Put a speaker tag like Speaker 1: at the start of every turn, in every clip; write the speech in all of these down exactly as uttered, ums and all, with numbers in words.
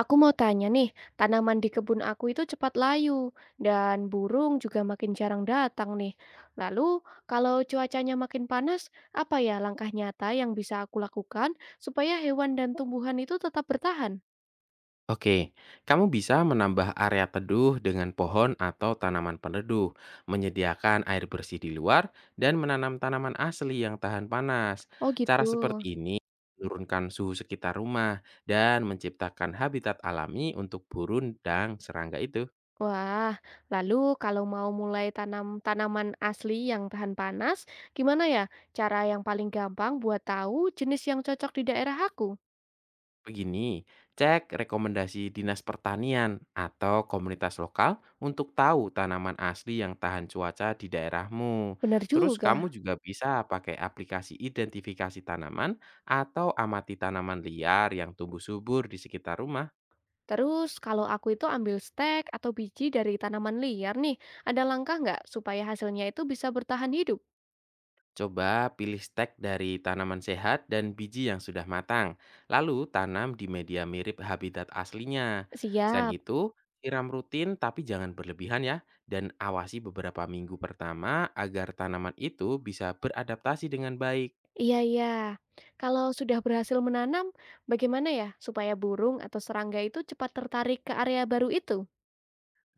Speaker 1: Aku mau tanya nih, tanaman di kebun aku itu cepat layu dan burung juga makin jarang datang nih. Lalu, kalau cuacanya makin panas, apa ya langkah nyata yang bisa aku lakukan supaya hewan dan tumbuhan itu tetap bertahan?
Speaker 2: Oke, kamu bisa menambah area teduh dengan pohon atau tanaman peneduh, menyediakan air bersih di luar, dan menanam tanaman asli yang tahan panas.
Speaker 1: Oh gitu.
Speaker 2: Cara seperti ini menurunkan suhu sekitar rumah dan menciptakan habitat alami untuk burung dan serangga itu.
Speaker 1: Wah, lalu kalau mau mulai tanam tanaman asli yang tahan panas, gimana ya cara yang paling gampang buat tahu jenis yang cocok di daerah aku?
Speaker 2: Begini, cek rekomendasi Dinas Pertanian atau komunitas lokal untuk tahu tanaman asli yang tahan cuaca di daerahmu.
Speaker 1: Bener
Speaker 2: Terus kamu
Speaker 1: juga.
Speaker 2: juga bisa pakai aplikasi identifikasi tanaman atau amati tanaman liar yang tumbuh subur di sekitar rumah.
Speaker 1: Terus kalau aku itu ambil stek atau biji dari tanaman liar nih, ada langkah nggak supaya hasilnya itu bisa bertahan hidup?
Speaker 2: Coba pilih stek dari tanaman sehat dan biji yang sudah matang, lalu tanam di media mirip habitat aslinya. Selain
Speaker 1: Siap.
Speaker 2: itu, siram rutin tapi jangan berlebihan ya, dan awasi beberapa minggu pertama agar tanaman itu bisa beradaptasi dengan baik.
Speaker 1: Iya, iya. Kalau sudah berhasil menanam, bagaimana ya supaya burung atau serangga itu cepat tertarik ke area baru itu?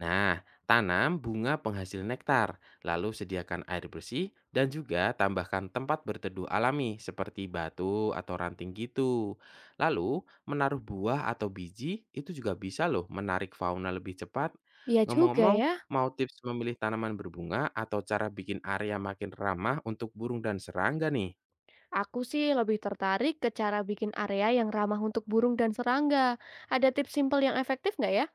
Speaker 2: Nah, tanam bunga penghasil nektar, lalu sediakan air bersih dan juga tambahkan tempat berteduh alami seperti batu atau ranting gitu. Lalu, menaruh buah atau biji itu juga bisa loh menarik fauna lebih cepat.
Speaker 1: Iya juga
Speaker 2: Ngomong-ngomong,
Speaker 1: ya.
Speaker 2: mau tips memilih tanaman berbunga atau cara bikin area makin ramah untuk burung dan serangga nih?
Speaker 1: Aku sih lebih tertarik ke cara bikin area yang ramah untuk burung dan serangga. Ada tips simpel yang efektif nggak ya?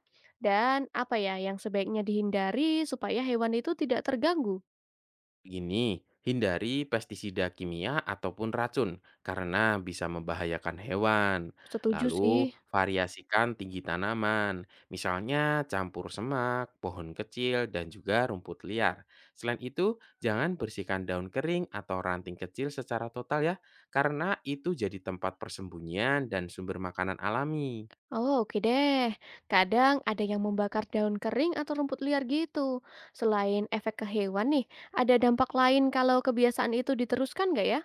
Speaker 1: Dan apa ya yang sebaiknya dihindari supaya hewan itu tidak terganggu?
Speaker 2: Begini, hindari pestisida kimia ataupun racun karena bisa membahayakan hewan.
Speaker 1: Setuju sih.
Speaker 2: Lalu, variasikan tinggi tanaman, misalnya campur semak, pohon kecil, dan juga rumput liar. Selain itu, jangan bersihkan daun kering atau ranting kecil secara total ya, karena itu jadi tempat persembunyian dan sumber makanan alami.
Speaker 1: Oh, oke deh. Kadang ada yang membakar daun kering atau rumput liar gitu. Selain efek ke hewan nih, ada dampak lain kalau kebiasaan itu diteruskan nggak ya?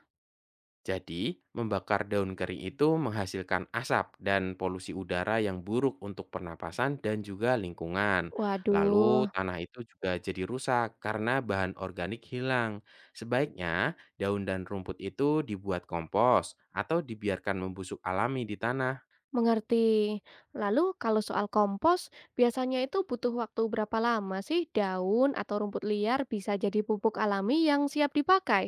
Speaker 2: Jadi, membakar daun kering itu menghasilkan asap dan polusi udara yang buruk untuk pernapasan dan juga lingkungan.
Speaker 1: Waduh,
Speaker 2: Lalu, tanah itu juga jadi rusak karena bahan organik hilang. Sebaiknya, daun dan rumput itu dibuat kompos atau dibiarkan membusuk alami di tanah.
Speaker 1: mengerti. Lalu kalau soal kompos, biasanya itu butuh waktu berapa lama sih daun atau rumput liar bisa jadi pupuk alami yang siap dipakai?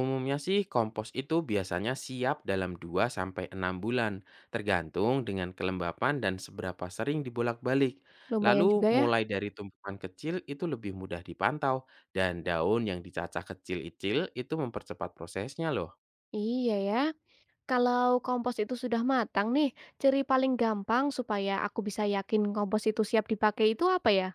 Speaker 2: Umumnya sih kompos itu biasanya siap dalam dua sampai enam bulan, tergantung dengan kelembapan dan seberapa sering dibolak-balik.
Speaker 1: Lumayan
Speaker 2: Lalu
Speaker 1: juga ya.
Speaker 2: mulai dari tumpukan kecil itu lebih mudah dipantau dan daun yang dicacah kecil-kecil itu mempercepat prosesnya loh.
Speaker 1: Iya ya. Kalau kompos itu sudah matang nih, ciri paling gampang supaya aku bisa yakin kompos itu siap dipakai itu apa ya?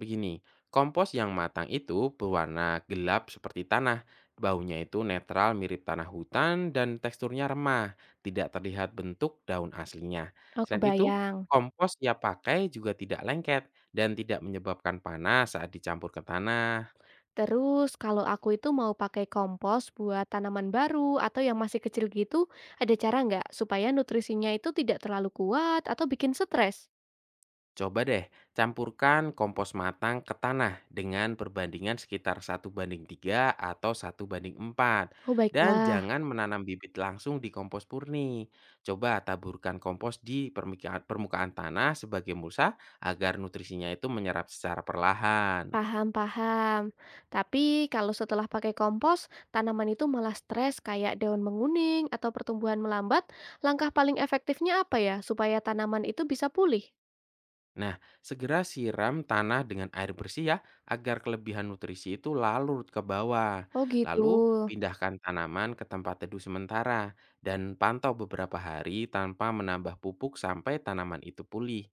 Speaker 2: Begini, kompos yang matang itu berwarna gelap seperti tanah. Baunya itu netral mirip tanah hutan dan teksturnya remah, tidak terlihat bentuk daun aslinya.
Speaker 1: Oh,
Speaker 2: Selain itu,
Speaker 1: kebayang.
Speaker 2: kompos siap pakai juga tidak lengket dan tidak menyebabkan panas saat dicampur ke tanah.
Speaker 1: Terus kalau aku itu mau pakai kompos buat tanaman baru atau yang masih kecil gitu, ada cara nggak supaya nutrisinya itu tidak terlalu kuat atau bikin stres?
Speaker 2: Coba deh campurkan kompos matang ke tanah dengan perbandingan sekitar satu banding tiga atau satu banding empat.
Speaker 1: Oh,
Speaker 2: Dan
Speaker 1: baiklah.
Speaker 2: jangan menanam bibit langsung di kompos purni. Coba taburkan kompos di permukaan, permukaan tanah sebagai mulsa agar nutrisinya itu menyerap secara perlahan.
Speaker 1: Paham, paham. Tapi kalau setelah pakai kompos, tanaman itu malah stres kayak daun menguning atau pertumbuhan melambat, langkah paling efektifnya apa ya supaya tanaman itu bisa pulih?
Speaker 2: Nah, segera siram tanah dengan air bersih ya, agar kelebihan nutrisi itu larut ke bawah.
Speaker 1: Oh, gitu.
Speaker 2: Lalu, pindahkan tanaman ke tempat teduh sementara dan pantau beberapa hari tanpa menambah pupuk sampai tanaman itu pulih.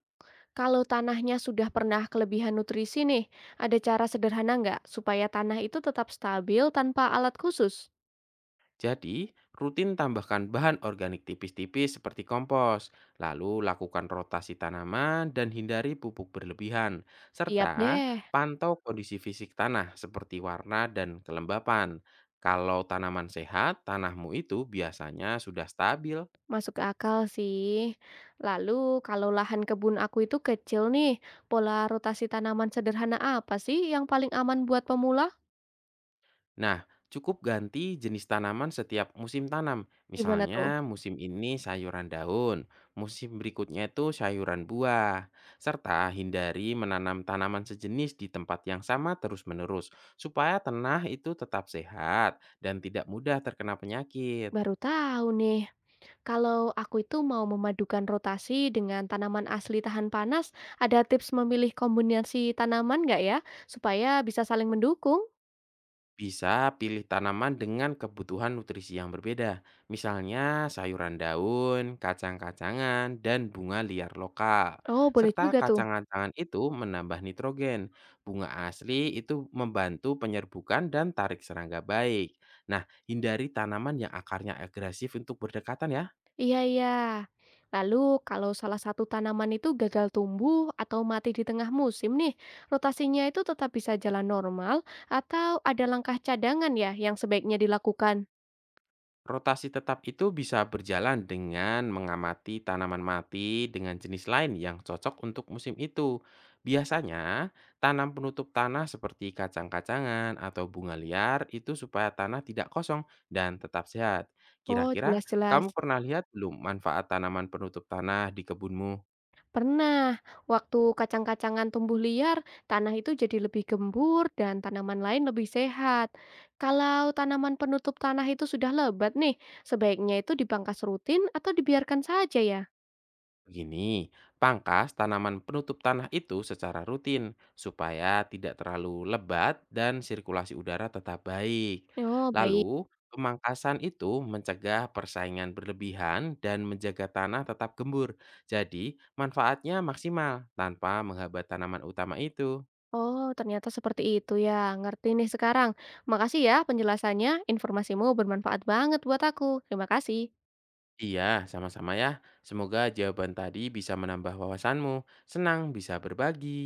Speaker 1: Kalau tanahnya sudah pernah kelebihan nutrisi nih, ada cara sederhana nggak supaya tanah itu tetap stabil tanpa alat khusus?
Speaker 2: Jadi, rutin tambahkan bahan organik tipis-tipis seperti kompos, lalu lakukan rotasi tanaman dan hindari pupuk berlebihan,
Speaker 1: Siap
Speaker 2: serta
Speaker 1: deh,
Speaker 2: pantau kondisi fisik tanah seperti warna dan kelembapan. Kalau tanaman sehat, tanahmu itu biasanya sudah stabil.
Speaker 1: masuk ke akal sih. Lalu, kalau lahan kebun aku itu kecil nih, pola rotasi tanaman sederhana apa sih yang paling aman buat pemula?
Speaker 2: Nah, cukup ganti jenis tanaman setiap musim tanam.
Speaker 1: Gimana tuh?
Speaker 2: Misalnya, musim ini sayuran daun, musim berikutnya itu sayuran buah. Serta hindari menanam tanaman sejenis di tempat yang sama terus-menerus, supaya tanah itu tetap sehat dan tidak mudah terkena penyakit.
Speaker 1: Baru tahu nih, kalau aku itu mau memadukan rotasi dengan tanaman asli tahan panas, ada tips memilih kombinasi tanaman nggak ya, supaya bisa saling mendukung?
Speaker 2: Bisa pilih tanaman dengan kebutuhan nutrisi yang berbeda, misalnya sayuran daun, kacang-kacangan, dan bunga liar lokal.
Speaker 1: Oh, boleh
Speaker 2: Serta
Speaker 1: juga tuh.
Speaker 2: kacang-kacangan itu menambah nitrogen. Bunga asli itu membantu penyerbukan dan tarik serangga baik. Nah, hindari tanaman yang akarnya agresif untuk berdekatan ya.
Speaker 1: Iya iya. Lalu kalau salah satu tanaman itu gagal tumbuh atau mati di tengah musim nih, rotasinya itu tetap bisa jalan normal atau ada langkah cadangan ya yang sebaiknya dilakukan?
Speaker 2: Rotasi tetap itu bisa berjalan dengan mengamati tanaman mati dengan jenis lain yang cocok untuk musim itu. Biasanya, tanam penutup tanah seperti kacang-kacangan atau bunga liar itu supaya tanah tidak kosong dan tetap sehat.
Speaker 1: Oh,
Speaker 2: Kira-kira,
Speaker 1: jelas-jelas.
Speaker 2: kamu pernah lihat belum manfaat tanaman penutup tanah di kebunmu?
Speaker 1: Pernah, waktu kacang-kacangan tumbuh liar, tanah itu jadi lebih gembur dan tanaman lain lebih sehat. Kalau tanaman penutup tanah itu sudah lebat nih, sebaiknya itu dipangkas rutin atau dibiarkan saja ya?
Speaker 2: Begini, pangkas tanaman penutup tanah itu secara rutin supaya tidak terlalu lebat dan sirkulasi udara tetap baik.
Speaker 1: Oh, baik.
Speaker 2: Lalu, pemangkasan itu mencegah persaingan berlebihan dan menjaga tanah tetap gembur. Jadi, manfaatnya maksimal tanpa menghambat tanaman utama itu.
Speaker 1: Oh, ternyata seperti itu ya. Ngerti nih sekarang. Makasih ya penjelasannya. Informasimu bermanfaat banget buat aku. Terima kasih.
Speaker 2: Iya, sama-sama ya. Semoga jawaban tadi bisa menambah wawasanmu. Senang bisa berbagi.